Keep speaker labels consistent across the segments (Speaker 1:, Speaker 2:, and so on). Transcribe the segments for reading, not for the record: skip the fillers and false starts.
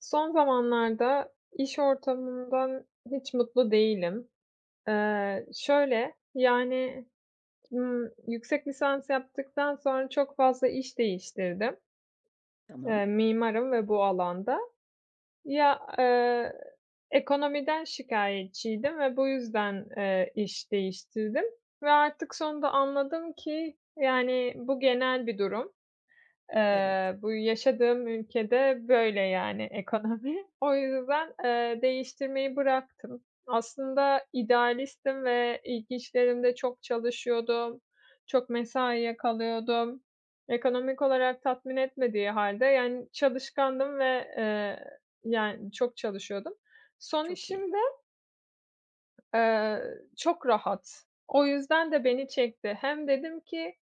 Speaker 1: Son zamanlarda iş ortamımdan hiç mutlu değilim. Şöyle, yani, yüksek lisans yaptıktan sonra çok fazla iş değiştirdim.
Speaker 2: Tamam.
Speaker 1: Mimarım ve bu alanda. Ya, ekonomiden şikayetçiydim ve bu yüzden, iş değiştirdim ve artık sonunda anladım ki, yani, bu genel bir durum.
Speaker 2: Evet.
Speaker 1: Bu yaşadığım ülkede böyle yani ekonomi. O yüzden, değiştirmeyi bıraktım. Aslında idealistim ve ilk işlerimde çok çalışıyordum, çok mesaiye kalıyordum. Ekonomik olarak tatmin etmediği hâlde yani çalışkandım ve, yani çok çalışıyordum. Son
Speaker 2: Çok iyi.
Speaker 1: işim de, eee, çok rahat. O yüzden de beni çekti. Hem dedim ki,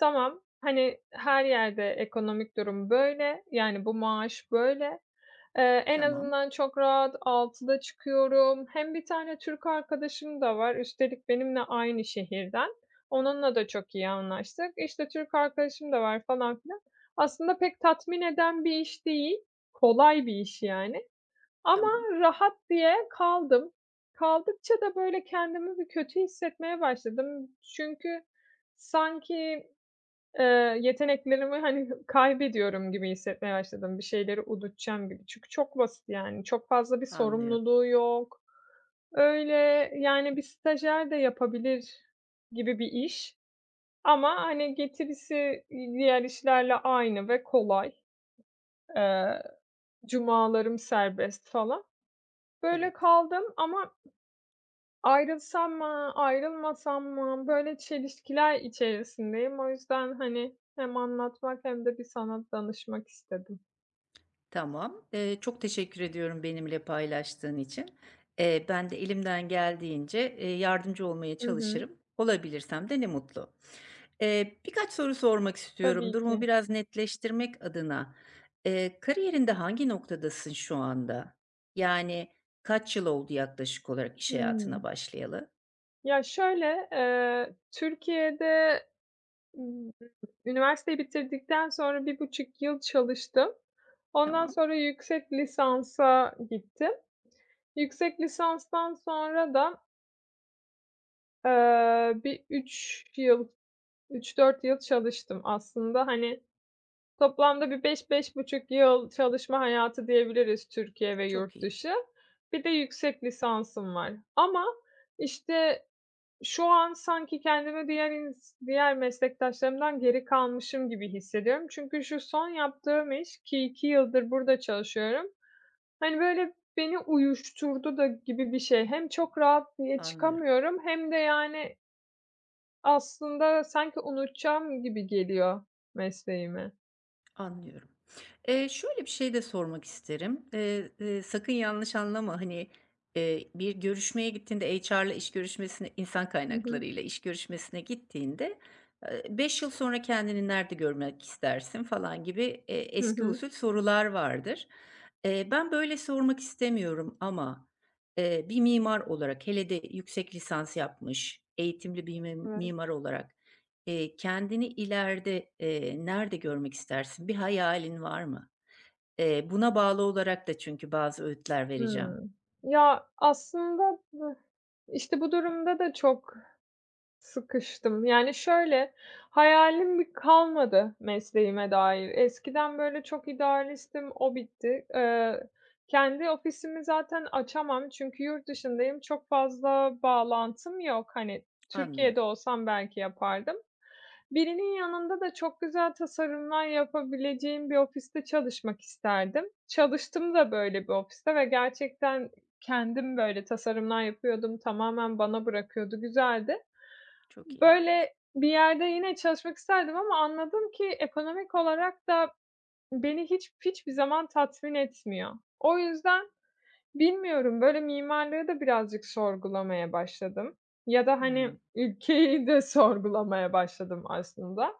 Speaker 1: tamam, hani, her yerde ekonomik durum böyle, yani, bu maaş böyle. En
Speaker 2: Tamam,
Speaker 1: azından çok rahat 6'da çıkıyorum. Hem bir tane Türk arkadaşım da var, üstelik benimle aynı şehirden. Onunla da çok iyi anlaştık. İşte, Türk arkadaşım da var falan filan. Aslında pek tatmin eden bir iş değil, kolay bir iş yani ama
Speaker 2: tamam.
Speaker 1: rahat diye kaldım. Kaldıkça da, böyle, kendimi bir kötü hissetmeye başladım. Çünkü sanki yeteneklerimi, hani, kaybediyorum gibi hissetmeye başladım. Bir şeyleri unutacağım gibi. Çünkü çok basit, yani, çok fazla bir
Speaker 2: Anlıyorum.
Speaker 1: sorumluluğu yok. Öyle, yani, bir stajyer de yapabilir gibi bir iş ama, hani, getirisi diğer işlerle aynı ve kolay. Eee, Cumalarım serbest falan. Böyle
Speaker 2: Evet.
Speaker 1: kaldım ama ayrılsam mı, ayrılmasam mı? Böyle çelişkiler içerisindeyim. O yüzden, hani, hem anlatmak hem de bir sana danışmak istedim.
Speaker 2: Tamam. Çok teşekkür ediyorum benimle paylaştığın için. Ben de elimden geldiğince, yardımcı olmaya
Speaker 1: Hı hı.
Speaker 2: çalışırım. Olabilirsem de ne mutlu. Birkaç soru sormak istiyorum
Speaker 1: Tabii
Speaker 2: durumu
Speaker 1: ki.
Speaker 2: biraz netleştirmek adına. Kariyerinde hangi noktadasın şu anda? Yani kaç yıl oldu yaklaşık olarak iş hayatına
Speaker 1: Hımm.
Speaker 2: başlayalı?
Speaker 1: Ya, şöyle, Türkiye'de, ımm, üniversiteyi bitirdikten sonra 1,5 yıl çalıştım. Ondan
Speaker 2: Tamam.
Speaker 1: sonra yüksek lisansa gittim. Yüksek lisanstan sonra da, bir 3 yıl, 3-4 yıl çalıştım aslında. Hani, toplamda bir beş beş buçuk yıl çalışma hayatı diyebiliriz Türkiye ve
Speaker 2: Çok
Speaker 1: yurt
Speaker 2: iyi.
Speaker 1: dışı. Bir de yüksek lisansım var ama, işte, şu an sanki kendimi diğer meslektaşlarımdan geri kalmışım gibi hissediyorum. Çünkü şu son yaptığım iş ki 2 yıldır burada çalışıyorum, hani, böyle, beni uyuşturdu da gibi bir şey. Hem çok rahat diye
Speaker 2: Anlıyorum,
Speaker 1: çıkamıyorum hem de, yani, aslında sanki unutacağım gibi geliyor mesleğimi.
Speaker 2: anlıyorum. Şöyle bir şey de sormak isterim. Sakın yanlış anlama, hani, bir görüşmeye gittiğinde HR'la iş görüşmesine insan
Speaker 1: Hı hı.
Speaker 2: kaynaklarıyla iş görüşmesine gittiğinde, 5 yıl sonra kendini nerede görmek istersin falan gibi,
Speaker 1: Hı
Speaker 2: eski
Speaker 1: hı.
Speaker 2: usul sorular vardır. Ben böyle sormak istemiyorum ama, bir mimar olarak hele de yüksek lisans yapmış, eğitimli bir mi
Speaker 1: Evet.
Speaker 2: mimar olarak kendini ileride, nerede görmek istersin? Bir hayalin var mı? Buna bağlı olarak da çünkü bazı öğütler vereceğim.
Speaker 1: Hımm. Ya, aslında, ıh, işte, bu durumda da çok sıkıştım. Yani, şöyle, hayalim bir kalmadı mesleğime dair. Eskiden, böyle, çok idealistim, o bitti. Kendi ofisimi zaten açamam çünkü yurt dışındayım. Çok fazla bağlantım yok. Hani, Türkiye'de
Speaker 2: Anlıyorum,
Speaker 1: olsam belki yapardım. Birinin yanında da çok güzel tasarımlar yapabileceğim bir ofiste çalışmak isterdim. Çalıştım da böyle bir ofiste ve gerçekten kendim, böyle, tasarımlar yapıyordum. Tamamen bana bırakıyordu, güzeldi.
Speaker 2: çok iyi.
Speaker 1: Böyle bir yerde yine çalışmak isterdim ama anladım ki ekonomik olarak da beni hiç hiçbir zaman tatmin etmiyor. O yüzden bilmiyorum, böyle mimarlığı da birazcık sorgulamaya başladım ya da, hani,
Speaker 2: Hımm,
Speaker 1: ülkeyi de sorgulamaya başladım aslında.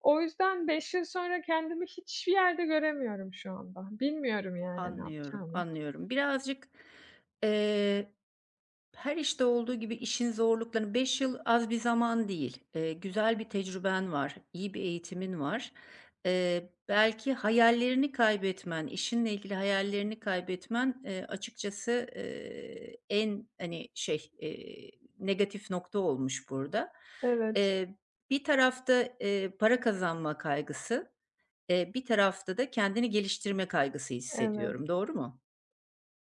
Speaker 1: O yüzden 5 yıl sonra kendimi hiçbir yerde göremiyorum şu anda. Bilmiyorum, yani, ne
Speaker 2: anlıyorum,
Speaker 1: yapacağımı.
Speaker 2: anlıyorum. Birazcık, eee her işte olduğu gibi işin zorluklarını 5 yıl az bir zaman değil. Güzel bir tecrüben var, iyi bir eğitimin var. Belki hayallerini kaybetmen, işinle ilgili hayallerini kaybetmen, açıkçası, en, hani, negatif nokta olmuş burada.
Speaker 1: Evet,
Speaker 2: Eee, Bir tarafta, para kazanma kaygısı, bir tarafta da kendini geliştirme kaygısı
Speaker 1: evet,
Speaker 2: hissediyorum. Doğru mu?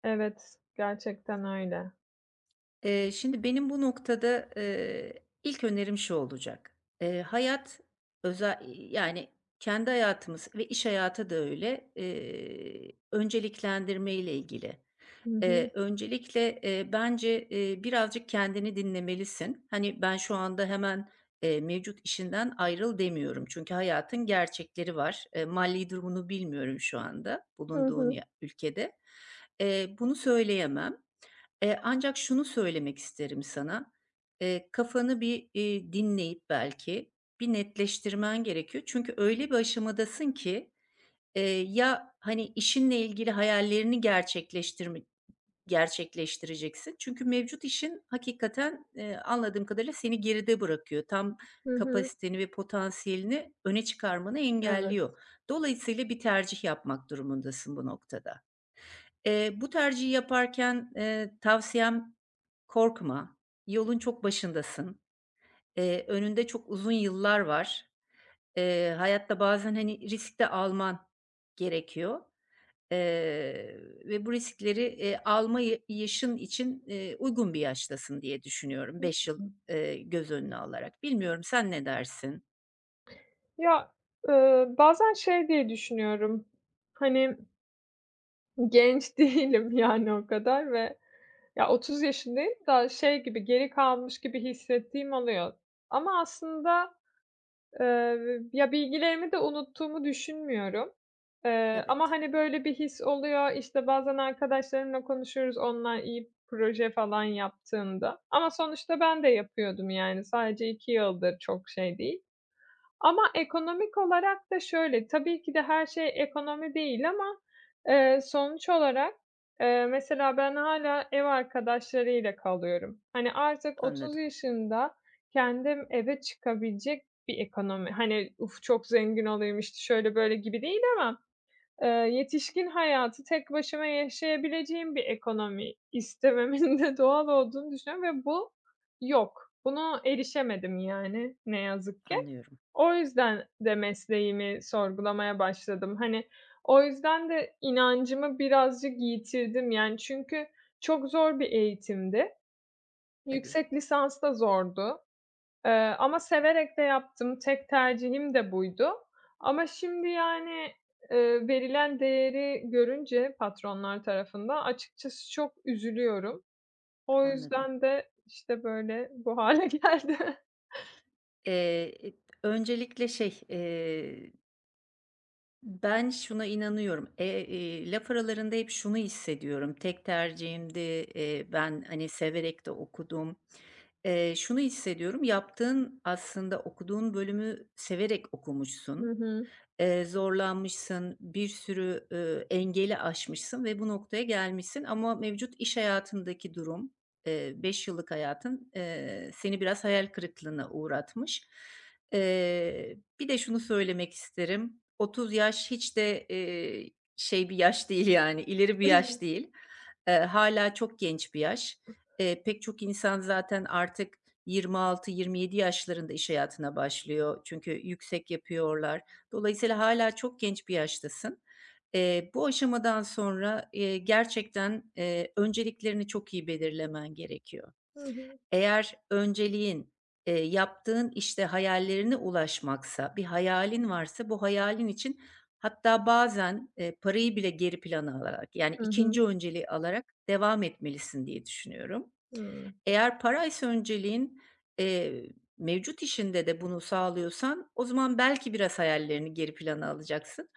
Speaker 1: evet. Gerçekten öyle.
Speaker 2: Şimdi benim bu noktada, ilk önerim şu olacak. Hayat özel, yani kendi hayatımız ve iş hayatı da öyle, önceliklendirmeyle ilgili.
Speaker 1: Hı hı.
Speaker 2: Öncelikle, bence, birazcık kendini dinlemelisin. Hani, ben şu anda hemen, mevcut işinden ayrıl demiyorum. Çünkü hayatın gerçekleri var. Mali durumunu bilmiyorum şu anda
Speaker 1: Hı
Speaker 2: bulunduğun
Speaker 1: hı.
Speaker 2: ya ülkede. Bunu söyleyemem. Ancak şunu söylemek isterim sana, kafanı bir, dinleyip belki bir netleştirmen gerekiyor. Çünkü öyle bir aşamadasın ki, ya, hani, işinle ilgili hayallerini gerçekleştireceksin. Çünkü mevcut işin hakikaten, anladığım kadarıyla seni geride bırakıyor. Tam
Speaker 1: Hı hı.
Speaker 2: kapasiteni ve potansiyelini öne çıkarmanı
Speaker 1: Evet.
Speaker 2: engelliyor. Dolayısıyla bir tercih yapmak durumundasın bu noktada. Bu tercihi yaparken, tavsiyem korkma. Yolun çok başındasın. Önünde çok uzun yıllar var. Hayatta bazen, hani, risk de alman gerekiyor, eee, ve bu riskleri, alma ya, yaşın için, uygun bir yaştasın diye düşünüyorum 5 yıl, göz önüne alarak. Bilmiyorum, sen ne dersin?
Speaker 1: Ya, bazen şey diye düşünüyorum, hani, genç değilim yani o kadar ve ya 30 yaşındayım da şey gibi, geri kalmış gibi hissettiğim oluyor. Ama aslında, ya bilgilerimi de unuttuğumu düşünmüyorum. Ama
Speaker 2: Evet,
Speaker 1: hani böyle bir his oluyor, İşte bazen arkadaşlarımla konuşuyoruz onlar iyi proje falan yaptığında. Ama sonuçta ben de yapıyordum yani sadece 2 yıldır çok şey değil. Ama ekonomik olarak da şöyle, tabii ki de her şey ekonomi değil ama, sonuç olarak, mesela ben hala ev arkadaşlarıyla kalıyorum. Hani, artık 30
Speaker 2: anladım,
Speaker 1: yaşında kendim eve çıkabilecek bir ekonomi, hani, "Uf, çok zengin olayım, işte, şöyle böyle." gibi değil ama, yetişkin hayatı tek başıma yaşayabileceğim bir ekonomi istememin de doğal olduğunu düşünüyorum ve bu yok. Buna erişemedim yani ne yazık ki.
Speaker 2: anlıyorum.
Speaker 1: O yüzden de mesleğimi sorgulamaya başladım. Hani, o yüzden de inancımı birazcık yitirdim, yani, çünkü çok zor bir eğitimdi.
Speaker 2: Tabii,
Speaker 1: Yüksek lisans da zordu, eee, ama severek de yaptım. Tek tercihim de buydu. Ama şimdi, yani, verilen değeri görünce patronlar tarafından açıkçası çok üzülüyorum. O
Speaker 2: anladım.
Speaker 1: yüzden de, işte, böyle bu hale geldi.
Speaker 2: Eee, öncelikle Ben şuna inanıyorum. Laf aralarında hep şunu hissediyorum. Tek tercihimdi. Ben, hani, severek de okudum. Şunu hissediyorum, yaptığın aslında okuduğun bölümü severek
Speaker 1: Hı
Speaker 2: okumuşsun.
Speaker 1: hı.
Speaker 2: Zorlanmışsın, bir sürü, engeli aşmışsın ve bu noktaya gelmişsin ama mevcut iş hayatındaki durum, 5 yıllık hayatın, seni biraz hayal kırıklığına uğratmış. Bir de şunu söylemek isterim, 30 yaş hiç de, bir yaş değil yani, ileri bir yaş değil. Hâlâ çok genç bir yaş. Pek çok insan zaten artık 26-27 yaşlarında iş hayatına başlıyor çünkü yüksek yapıyorlar. Dolayısıyla hala çok genç bir yaştasın. Bu aşamadan sonra, gerçekten, önceliklerini çok iyi belirlemen gerekiyor.
Speaker 1: Hı hı.
Speaker 2: Eğer önceliğin, yaptığın işte hayallerine ulaşmaksa, bir hayalin varsa bu hayalin için hatta bazen, parayı bile geri plana alarak, yani
Speaker 1: Hı hı.
Speaker 2: ikinci önceliği alarak devam etmelisin diye düşünüyorum.
Speaker 1: Hıı.
Speaker 2: Eğer paraysa önceliğin, eee, mevcut işinde de bunu sağlıyorsan o zaman belki biraz hayallerini geri plana alacaksın.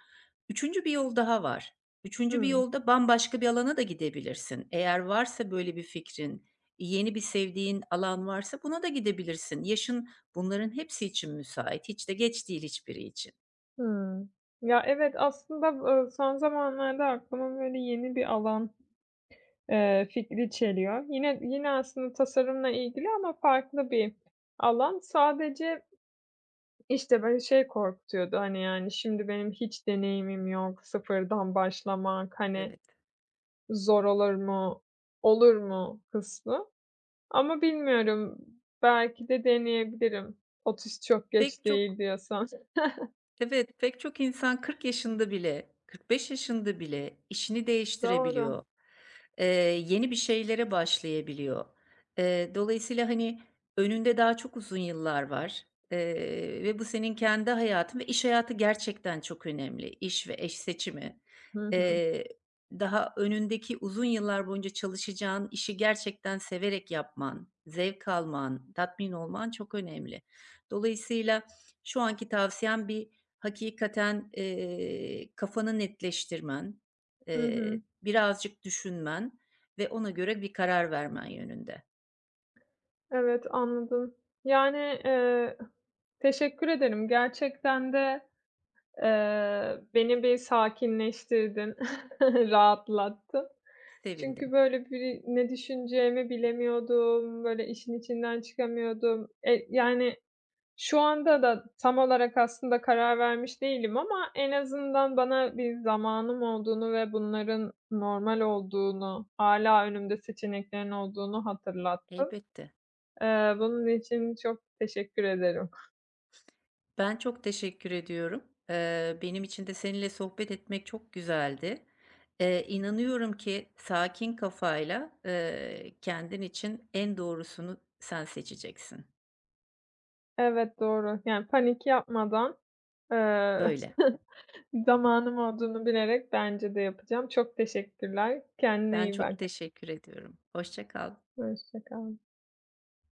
Speaker 2: Üçüncü bir yol daha var. Üçüncü bir
Speaker 1: Hıı.
Speaker 2: yolda bambaşka bir alana da gidebilirsin. Eğer varsa böyle bir fikrin, yeni bir sevdiğin alan varsa buna da gidebilirsin. Yaşın bunların hepsi için müsait. Hiç de geç değil hiçbiri için.
Speaker 1: Hımm. Ya, evet, aslında, son zamanlarda aklıma böyle yeni bir alan, fikri çeliyor. Yine aslında tasarımla ilgili ama farklı bir alan. Sadece, işte, böyle şey korkutuyordu, hani, yani, şimdi benim hiç deneyimim yok, sıfırdan başlamak, hani,
Speaker 2: Evet.
Speaker 1: zor olur mu, olur mu kısmı. Ama bilmiyorum, belki de deneyebilirim. "30 çok geç
Speaker 2: Pek çok
Speaker 1: değil." diyorsan.
Speaker 2: Evet, pek çok insan 40 yaşında bile, 45 yaşında bile işini
Speaker 1: Doğru.
Speaker 2: değiştirebiliyor. Eee, Yeni bir şeylere başlayabiliyor. Dolayısıyla hani önünde daha çok uzun yıllar var. Ve bu senin kendi hayatın ve iş hayatı gerçekten çok önemli. İş ve eş seçimi.
Speaker 1: Hı hı.
Speaker 2: Eee, Daha önündeki uzun yıllar boyunca çalışacağın işi gerçekten severek yapman, zevk alman, tatmin olman çok önemli. Dolayısıyla şu anki tavsiyem, hakikaten, kafanı netleştirmen,
Speaker 1: Hı hı.
Speaker 2: birazcık düşünmen ve ona göre bir karar vermen yönünde.
Speaker 1: Evet, anladım. Yani, eee, teşekkür ederim. Gerçekten de, beni bir sakinleştirdin, rahatlattın. Çünkü
Speaker 2: Sevindim.
Speaker 1: böyle bir ne düşüneceğimi bilemiyordum, böyle işin içinden çıkamıyordum. Yani şu anda da tam olarak aslında karar vermiş değilim ama en azından bana bir zamanım olduğunu ve bunların normal olduğunu, hala önümde seçeneklerin olduğunu hatırlattı.
Speaker 2: Elbette.
Speaker 1: Bunun için çok teşekkür ederim.
Speaker 2: Ben çok teşekkür ediyorum. Benim için de seninle sohbet etmek çok güzeldi. İnanıyorum ki sakin kafayla, kendin için en doğrusunu sen seçeceksin.
Speaker 1: Evet, doğru. Yani panik yapmadan, eee,
Speaker 2: Öyle.
Speaker 1: zamanım olduğunu bilerek bence de yapacağım. Çok teşekkürler. Kendine
Speaker 2: Ben
Speaker 1: iyi bak.
Speaker 2: çok teşekkür ediyorum. Hoşça kal.
Speaker 1: Hoşça kal.